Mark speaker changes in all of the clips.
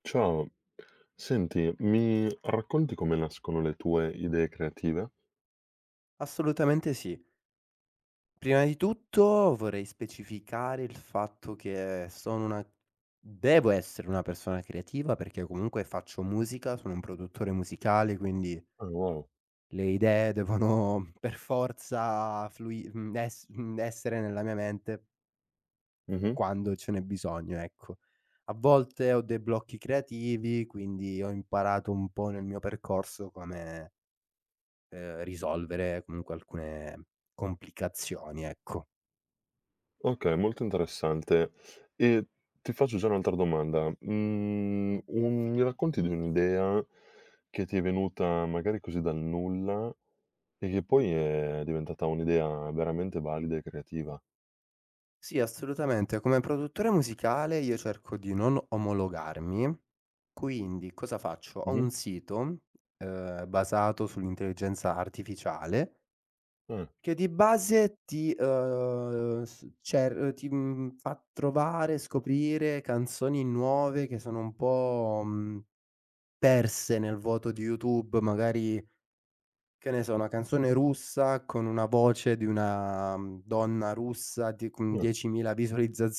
Speaker 1: Ciao, senti, mi racconti come nascono le tue idee creative?
Speaker 2: Assolutamente sì. Prima di tutto vorrei specificare il fatto che sono una devo essere una persona creativa perché comunque faccio musica, sono un produttore musicale, quindi
Speaker 1: Ah, wow.
Speaker 2: le idee devono per forza flui mhmm, ess mhmm, essere nella mia mente
Speaker 1: Mh-mh.
Speaker 2: quando ce n'è bisogno, ecco. A volte ho dei blocchi creativi, quindi ho imparato un po' nel mio percorso come, risolvere comunque alcune complicazioni, ecco.
Speaker 1: Okay, molto interessante. E ti faccio già un'altra domanda. Mhmm, un Mi racconti di un'idea che ti è venuta magari così dal nulla e che poi è diventata un'idea veramente valida e creativa?
Speaker 2: Sì, assolutamente. Come produttore musicale io cerco di non omologarmi, quindi cosa faccio? Ho
Speaker 1: Mh-mh.
Speaker 2: un sito, basato sull'intelligenza artificiale
Speaker 1: Ah,
Speaker 2: che di base ti, s cer ti, mhmm, fa trovare, scoprire canzoni nuove che sono un po', perse nel vuoto di YouTube, magari che ne so, una canzone russa con una voce di una, donna russa di con
Speaker 1: ah.
Speaker 2: 10.000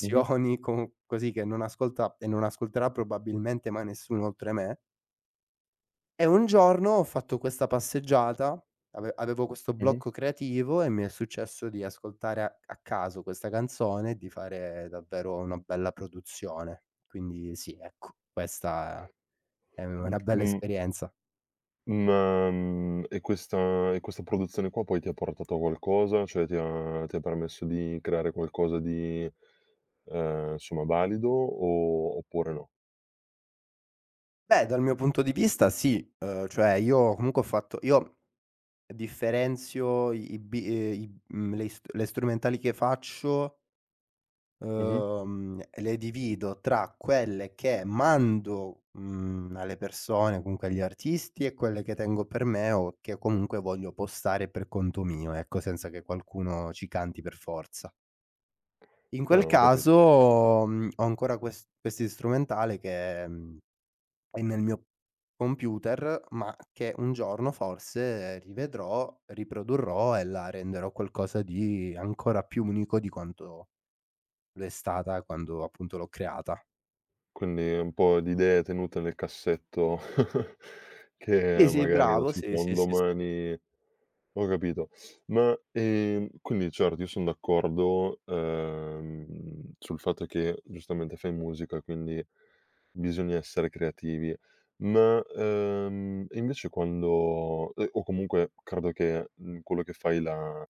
Speaker 1: Mh-mh,
Speaker 2: con così che non ascolta e non ascolterà probabilmente mai nessuno oltre me. E un giorno ho fatto questa passeggiata, avevo questo
Speaker 1: mh-mh.
Speaker 2: blocco creativo e mi è successo di ascoltare a caso questa canzone e di fare davvero una bella produzione. Quindi sì, ecco, questa è
Speaker 1: Mh,
Speaker 2: una bella
Speaker 1: mhmm,
Speaker 2: esperienza.
Speaker 1: ma, e questa produzione qua poi ti ha portato a qualcosa? Cioè ti ha permesso di creare qualcosa di, insomma valido o oppure no?
Speaker 2: Beh, dal mio punto di vista sì, cioè io comunque ho fatto io differenzio i i bi i mhmm, le is le strumentali che faccio,
Speaker 1: Mh-mh.
Speaker 2: le divido tra quelle che mando, alle persone, comunque agli artisti e quelle che tengo per me o che comunque voglio postare per conto mio, ecco, senza che qualcuno ci canti per forza. In
Speaker 1: Ah,
Speaker 2: quel
Speaker 1: ho capi.
Speaker 2: caso, ho ancora questi strumentale che mhmm è nel mio computer, ma che un giorno forse rivedrò, riprodurrò e la renderò qualcosa di ancora più unico di quanto lo è stata quando appunto l'ho creata.
Speaker 1: Quindi un po' di idee tenute nel cassetto
Speaker 2: Sì,
Speaker 1: che
Speaker 2: sì,
Speaker 1: magari, non
Speaker 2: bravo,
Speaker 1: si
Speaker 2: sì,
Speaker 1: sa, un
Speaker 2: sì, sì, sì,
Speaker 1: domani ho capito. Ma, quindi certo io son d'accordo, sul fatto che giustamente fai musica, quindi bisogna essere creativi. Ma, e invece quando o comunque credo che, quello che fai la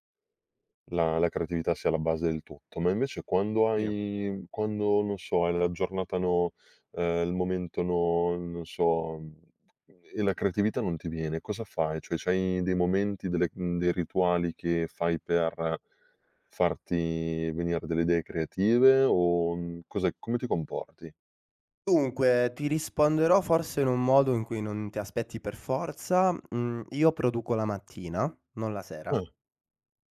Speaker 1: la la creatività sia la base del tutto, ma invece quando
Speaker 2: sì.
Speaker 1: hai quando, non so, hai la giornata no, il momento no, non so, e la creatività non ti viene, cosa fai? Cioè c'hai dei momenti, dei rituali che fai per farti venire delle idee creative o, cos'è come ti comporti?
Speaker 2: Dunque, ti risponderò forse in un modo in cui non ti aspetti per forza. Mhmm, io produco la mattina, non la sera.
Speaker 1: Ah,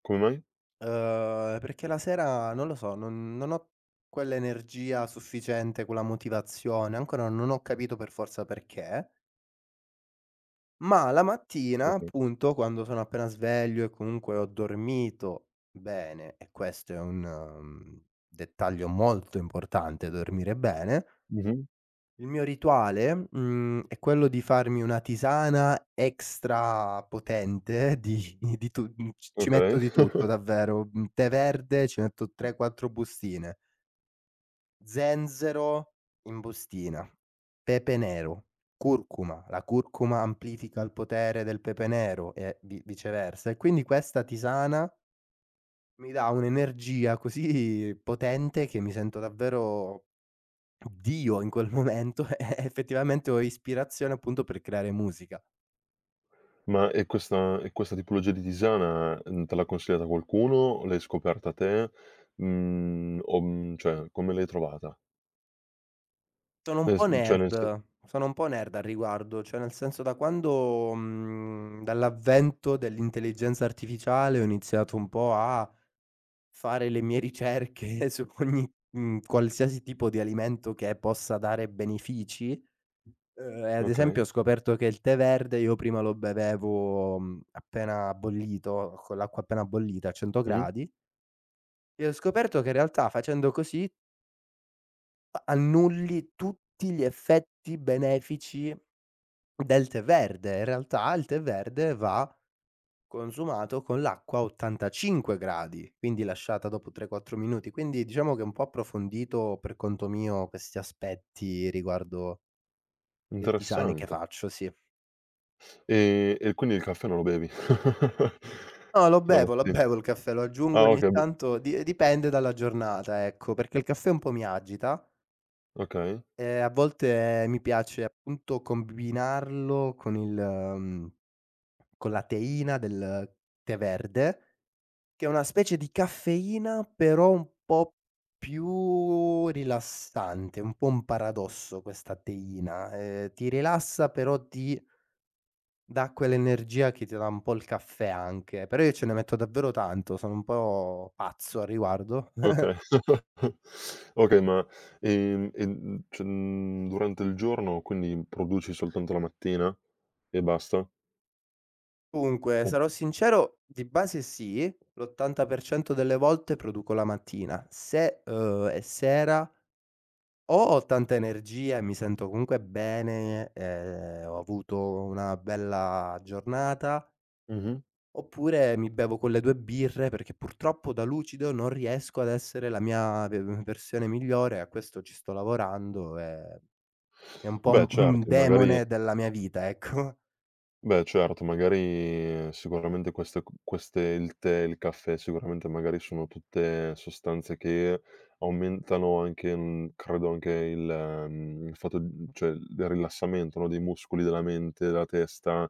Speaker 1: come mai?
Speaker 2: Perché la sera non lo so, non ho quell'energia sufficiente, quella motivazione, ancora non ho capito per forza perché, ma la mattina
Speaker 1: Okay.
Speaker 2: appunto, quando sono appena sveglio e comunque ho dormito bene, e questo è un dettaglio molto importante, dormire bene.
Speaker 1: Mh-mh,
Speaker 2: Il mio rituale è quello di farmi una tisana extra potente. Di tu mhmm, c Ci metto
Speaker 1: okay.
Speaker 2: di tutto davvero, tè verde ci metto 3, 4 bustine, zenzero in bustina, pepe nero, curcuma. La curcuma amplifica il potere del pepe nero e vi viceversa, e quindi questa tisana mi dà un'energia così potente che mi sento davvero Dio in quel momento, e effettivamente ho ispirazione appunto per creare musica.
Speaker 1: Ma e questa tipologia di tisana, te l'ha consigliata qualcuno? L'hai scoperta te? O cioè come l'hai trovata?
Speaker 2: Sono un
Speaker 1: Nel s
Speaker 2: po'
Speaker 1: cioè nel se
Speaker 2: nerd, sono un po' nerd al riguardo, cioè nel senso da quando, dall'avvento dell'intelligenza artificiale, ho iniziato un po' a fare le mie ricerche su qualsiasi tipo di alimento che possa dare benefici. E ad esempio ho
Speaker 1: okay.
Speaker 2: scoperto che il tè verde io prima lo bevevo, appena bollito, con l'acqua appena bollita a 100
Speaker 1: Mh-mh,
Speaker 2: gradi. E ho scoperto che in realtà facendo così annulli tutti gli effetti benefici del tè verde. In realtà il tè verde va consumato con l'acqua a 85 gradi, quindi lasciata dopo 3, 4 minuti. Quindi diciamo che un po' approfondito per conto mio questi aspetti riguardo le tisane che
Speaker 1: interessante.
Speaker 2: faccio, sì.
Speaker 1: E quindi il caffè non lo bevi?
Speaker 2: No,
Speaker 1: La
Speaker 2: lo
Speaker 1: matti
Speaker 2: bevo il caffè, lo aggiungo
Speaker 1: ah
Speaker 2: ogni
Speaker 1: okay, b
Speaker 2: tanto, di dipende dalla giornata, ecco, perché il caffè un po' mi agita.
Speaker 1: okay,
Speaker 2: A volte mi piace appunto combinarlo con con la teina del tè verde, che è una specie di caffeina però un po' più rilassante, un po' un paradosso questa teina, ti rilassa però ti dà quell'energia che ti dà un po' il caffè anche, però io ce ne metto davvero tanto, sono un po' pazzo al riguardo.
Speaker 1: okay. Okay, ma, e, cioè, durante il giorno quindi produci soltanto la mattina e basta?
Speaker 2: Dunque,
Speaker 1: O
Speaker 2: sarò sincero, di base sì, l'80% delle volte produco la mattina. Se è sera o ho tanta energia e mi sento comunque bene, ho avuto una bella giornata,
Speaker 1: mh-mh.
Speaker 2: oppure mi bevo quelle 2 birre perché purtroppo da lucido non riesco ad essere la mia ve versione migliore, a questo ci sto lavorando. È un po'
Speaker 1: Beh
Speaker 2: un
Speaker 1: certo, magari.
Speaker 2: demone della mia vita, ecco.
Speaker 1: Beh certo, magari sicuramente queste c queste il tè, il caffè, sicuramente magari sono tutte sostanze che aumentano anche, credo anche il fatto d cioè il rilassamento, no, dei muscoli della mente, della testa,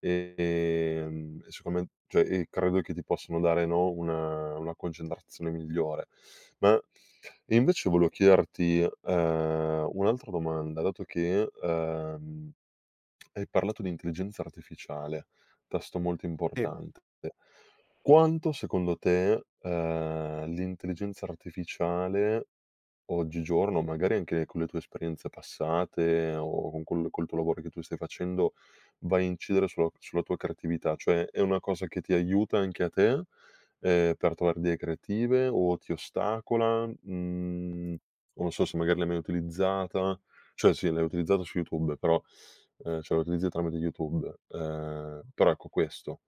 Speaker 1: e siccome cioè e credo che ti possano dare, no, una concentrazione migliore. Ma invece volevo chiederti, un'altra domanda, dato che, hai parlato di intelligenza artificiale, tasto molto importante. Quanto secondo te, l'intelligenza artificiale oggigiorno, magari anche con le tue esperienze passate o con col tuo lavoro che tu stai facendo, vai a incidere sulla sulla tua creatività, cioè è una cosa che ti aiuta anche a te, per trovare idee creative o ti ostacola? Mhmm, non so se magari l'hai mai utilizzata, cioè sì, l'hai utilizzata su YouTube, però, cioè la utilizzi tramite YouTube, però ecco questo.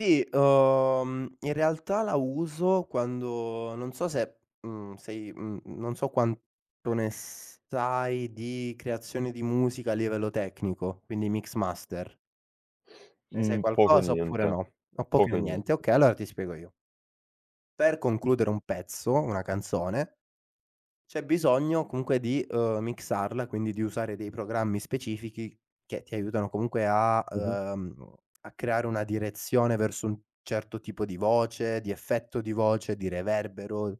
Speaker 2: Sì, in realtà la uso quando non so se non so quanto ne sai di creazione di musica a livello tecnico, quindi mix master. Ne sai
Speaker 1: Mhmm, poco e
Speaker 2: qualcosa
Speaker 1: niente,
Speaker 2: oppure no? O poco
Speaker 1: poco
Speaker 2: o
Speaker 1: e
Speaker 2: niente.
Speaker 1: niente.
Speaker 2: Okay, allora ti spiego io. Per concludere un pezzo, una canzone, c'è bisogno comunque di mixarla, quindi di usare dei programmi specifichi che ti aiutano comunque a
Speaker 1: Mh-mh.
Speaker 2: uhm, a creare una direzione verso un certo tipo di voce, di effetto di voce, di reverbero,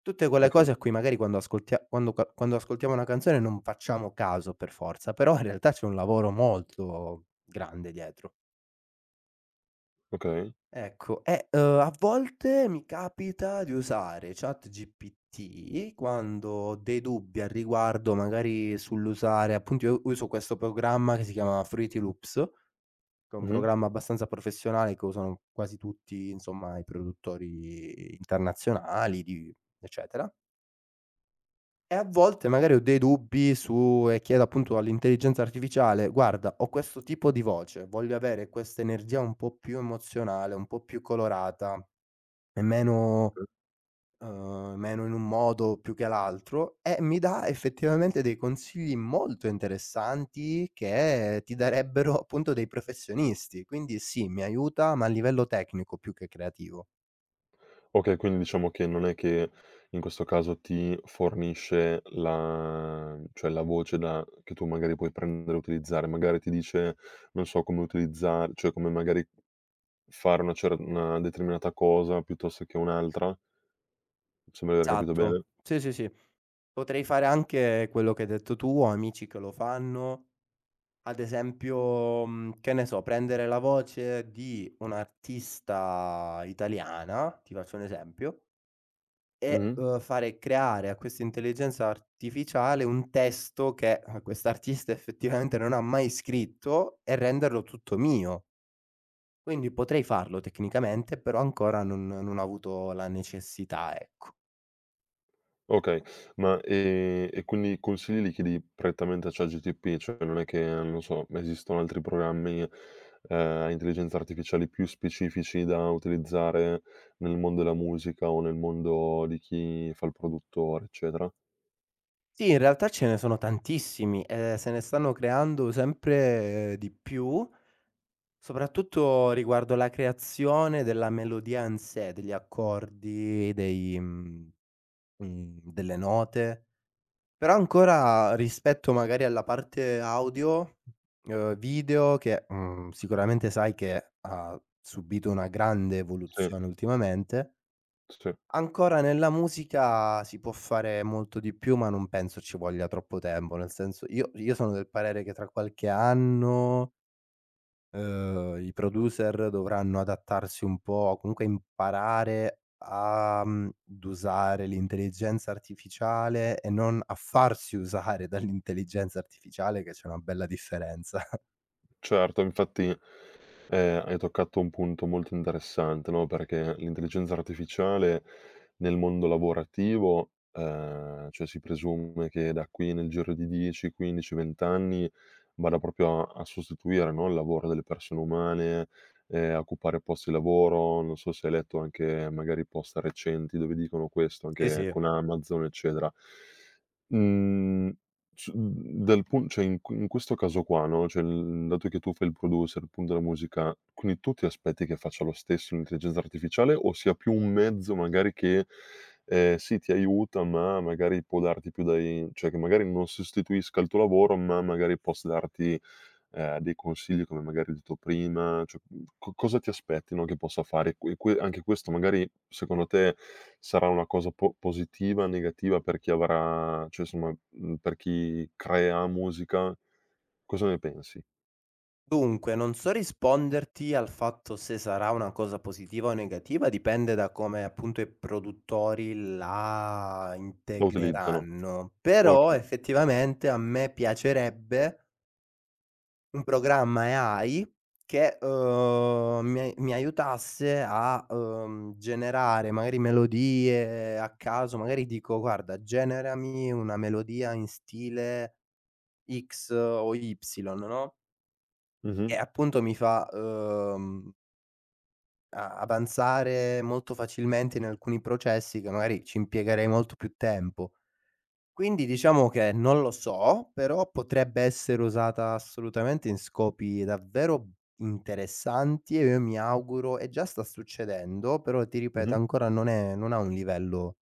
Speaker 2: tutte quelle
Speaker 1: Okay,
Speaker 2: cose a cui magari quando ascoltia quando ca quando ascoltiamo una canzone non facciamo caso per forza, però in realtà c'è un lavoro molto grande dietro.
Speaker 1: okay.
Speaker 2: Ecco, a volte mi capita di usare ChatGPT quando ho dei dubbi al riguardo, magari sull'usare. Appunto, io uso questo programma che si chiama Fruity Loops, che è un
Speaker 1: Mh-mh.
Speaker 2: programma abbastanza professionale che usano quasi tutti, insomma, i produttori internazionali, di eccetera. E a volte magari ho dei dubbi su e chiedo appunto all'intelligenza artificiale: "Guarda, ho questo tipo di voce, voglio avere questa energia un po' più emozionale, un po' più colorata. È meno meno in un modo più che l'altro", e mi dà effettivamente dei consigli molto interessanti che ti darebbero appunto dei professionisti. Quindi sì, mi aiuta, ma a livello tecnico più che creativo.
Speaker 1: Okay, quindi diciamo che non è che in questo caso ti fornisce la cioè la voce da che tu magari puoi prendere e utilizzare, magari ti dice, non so, come utilizzar cioè come magari fare una cer una determinata cosa piuttosto che un'altra? Mi sembra di aver capito bene.
Speaker 2: Esatto. Sì, sì, sì. Potrei fare anche quello che hai detto tu, ho amici che lo fanno. Ad esempio, che ne so, prendere la voce di un'artista italiana, ti faccio un esempio. E
Speaker 1: Mh-mh.
Speaker 2: fare creare a questa intelligenza artificiale un testo che quest'artista effettivamente non ha mai scritto, e renderlo tutto mio. Quindi potrei farlo tecnicamente, però ancora non ho avuto la necessità, ecco.
Speaker 1: Okay, ma, e quindi i consigli li chiedi prettamente a ChatGTP? Cioè non è che, non so, esistono altri programmi, a intelligenza artificiale più specifici da utilizzare nel mondo della musica o nel mondo di chi fa il produttore, eccetera?
Speaker 2: Sì, in realtà ce ne sono tantissimi e se ne stanno creando sempre di più, soprattutto riguardo la creazione della melodia in sé, degli accordi, delle note. Però ancora rispetto magari alla parte audio, video, che sicuramente sai che ha subito una grande
Speaker 1: Sì,
Speaker 2: evoluzione ultimamente,
Speaker 1: sì.
Speaker 2: ancora nella musica si può fare molto di più, ma non penso ci voglia troppo tempo. Nel senso, io sono del parere che tra qualche anno i producer dovranno adattarsi un po', comunque imparare a, ad usare l'intelligenza artificiale e non a farsi usare dall'intelligenza artificiale, che c'è una bella differenza.
Speaker 1: Certo, infatti, hai toccato un punto molto interessante, no, perché l'intelligenza artificiale nel mondo lavorativo, cioè si presume che da qui nel giro di 10, 15, 20 anni vada proprio a a sostituire, no, il lavoro delle persone umane, a occupare posti di lavoro. Non so se hai letto anche magari post recenti dove dicono questo,
Speaker 2: Sì,
Speaker 1: anche
Speaker 2: sì.
Speaker 1: con Amazon, eccetera. Mhmm, c mhmm, dal pun cioè in q in questo caso qua, no, cioè l dato che tu fai il producer, appunto, della musica, quindi tu ti aspetti che faccia lo stesso l'intelligenza artificiale o sia più un mezzo magari che, sì ti aiuta, ma magari può darti più dai cioè che magari non sostituisca il tuo lavoro, ma magari possa darti dei consigli come magari ho detto prima, cioè, co cosa ti aspetti, no, che possa fare? Que que anche questo magari secondo te sarà una cosa po positiva, negativa per chi avrà cioè insomma, per chi crea musica? Cosa ne pensi?
Speaker 2: Dunque, non so risponderti al fatto se sarà una cosa positiva o negativa, dipende da come appunto i produttori la
Speaker 1: La utilizzano?
Speaker 2: integreranno. Però
Speaker 1: Okay.
Speaker 2: effettivamente a me piacerebbe un programma e AI che mi aiutasse a generare magari melodie a caso. Magari dico: "Guarda, generami una melodia in stile X o Y", no,
Speaker 1: Mh-mh,
Speaker 2: e appunto mi fa a avanzare molto facilmente in alcuni processi che magari ci impiegherei molto più tempo. Quindi diciamo che non lo so, però potrebbe essere usata assolutamente in scopi davvero interessanti e io mi auguro, e già sta succedendo, però ti ripeto
Speaker 1: mh-mh.
Speaker 2: ancora non ha un livello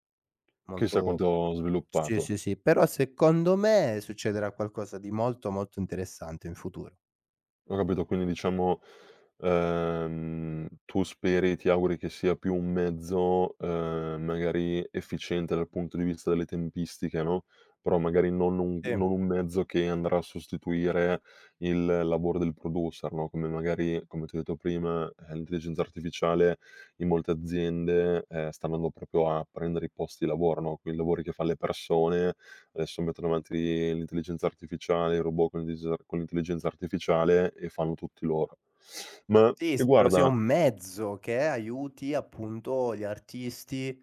Speaker 1: Chissà
Speaker 2: molto.
Speaker 1: quanto ho
Speaker 2: Sì,
Speaker 1: sviluppato.
Speaker 2: sì, sì, però secondo me succederà qualcosa di molto, molto interessante in futuro.
Speaker 1: Ho capito, quindi diciamo, tu speri, ti auguri che sia più un mezzo, magari efficiente dal punto di vista delle tempistiche, no, però magari non un
Speaker 2: Sì,
Speaker 1: non un mezzo che andrà a sostituire il lavoro del producer, no, come magari, come ti ho detto prima, l'intelligenza artificiale in molte aziende, sta andando proprio a prendere i posti di lavoro, no, quei lavori che fan le persone. Adesso mettono avanti l'intelligenza artificiale, i robot con l'intelligenza artificiale e fanno tutti loro. Ma
Speaker 2: sì,
Speaker 1: e
Speaker 2: spero sia
Speaker 1: guarda
Speaker 2: un mezzo che aiuti appunto gli artisti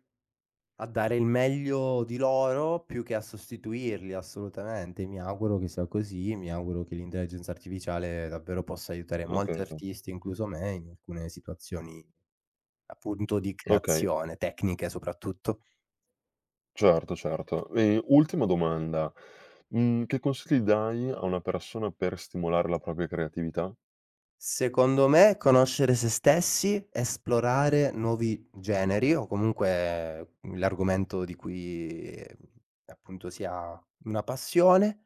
Speaker 2: a dare il meglio di loro più che a sostituirli, assolutamente. Mi auguro che sia così, mi auguro che l'intelligenza artificiale davvero possa aiutare molti
Speaker 1: okay,
Speaker 2: artisti, incluso me, in alcune situazioni appunto di
Speaker 1: okay,
Speaker 2: creazione, tecniche soprattutto.
Speaker 1: certo, certo. E ultima domanda, che consigli dai a una persona per stimolare la propria creatività?
Speaker 2: Secondo me, conoscere se stessi, esplorare nuovi generi o comunque l'argomento di cui appunto si ha una passione.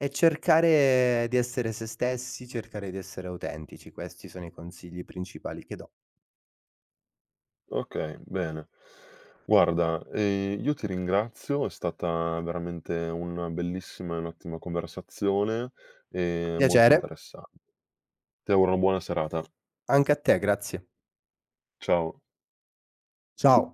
Speaker 2: E cercare di essere se stessi, cercare di essere autentici, questi sono i consigli principali che do.
Speaker 1: Okay, bene. Guarda, io ti ringrazio, è stata veramente una bellissima e un'ottima conversazione, molto
Speaker 2: Piacere
Speaker 1: interessante. Ti auguro una buona serata.
Speaker 2: anche a te, grazie.
Speaker 1: Ciao.
Speaker 2: Ciao.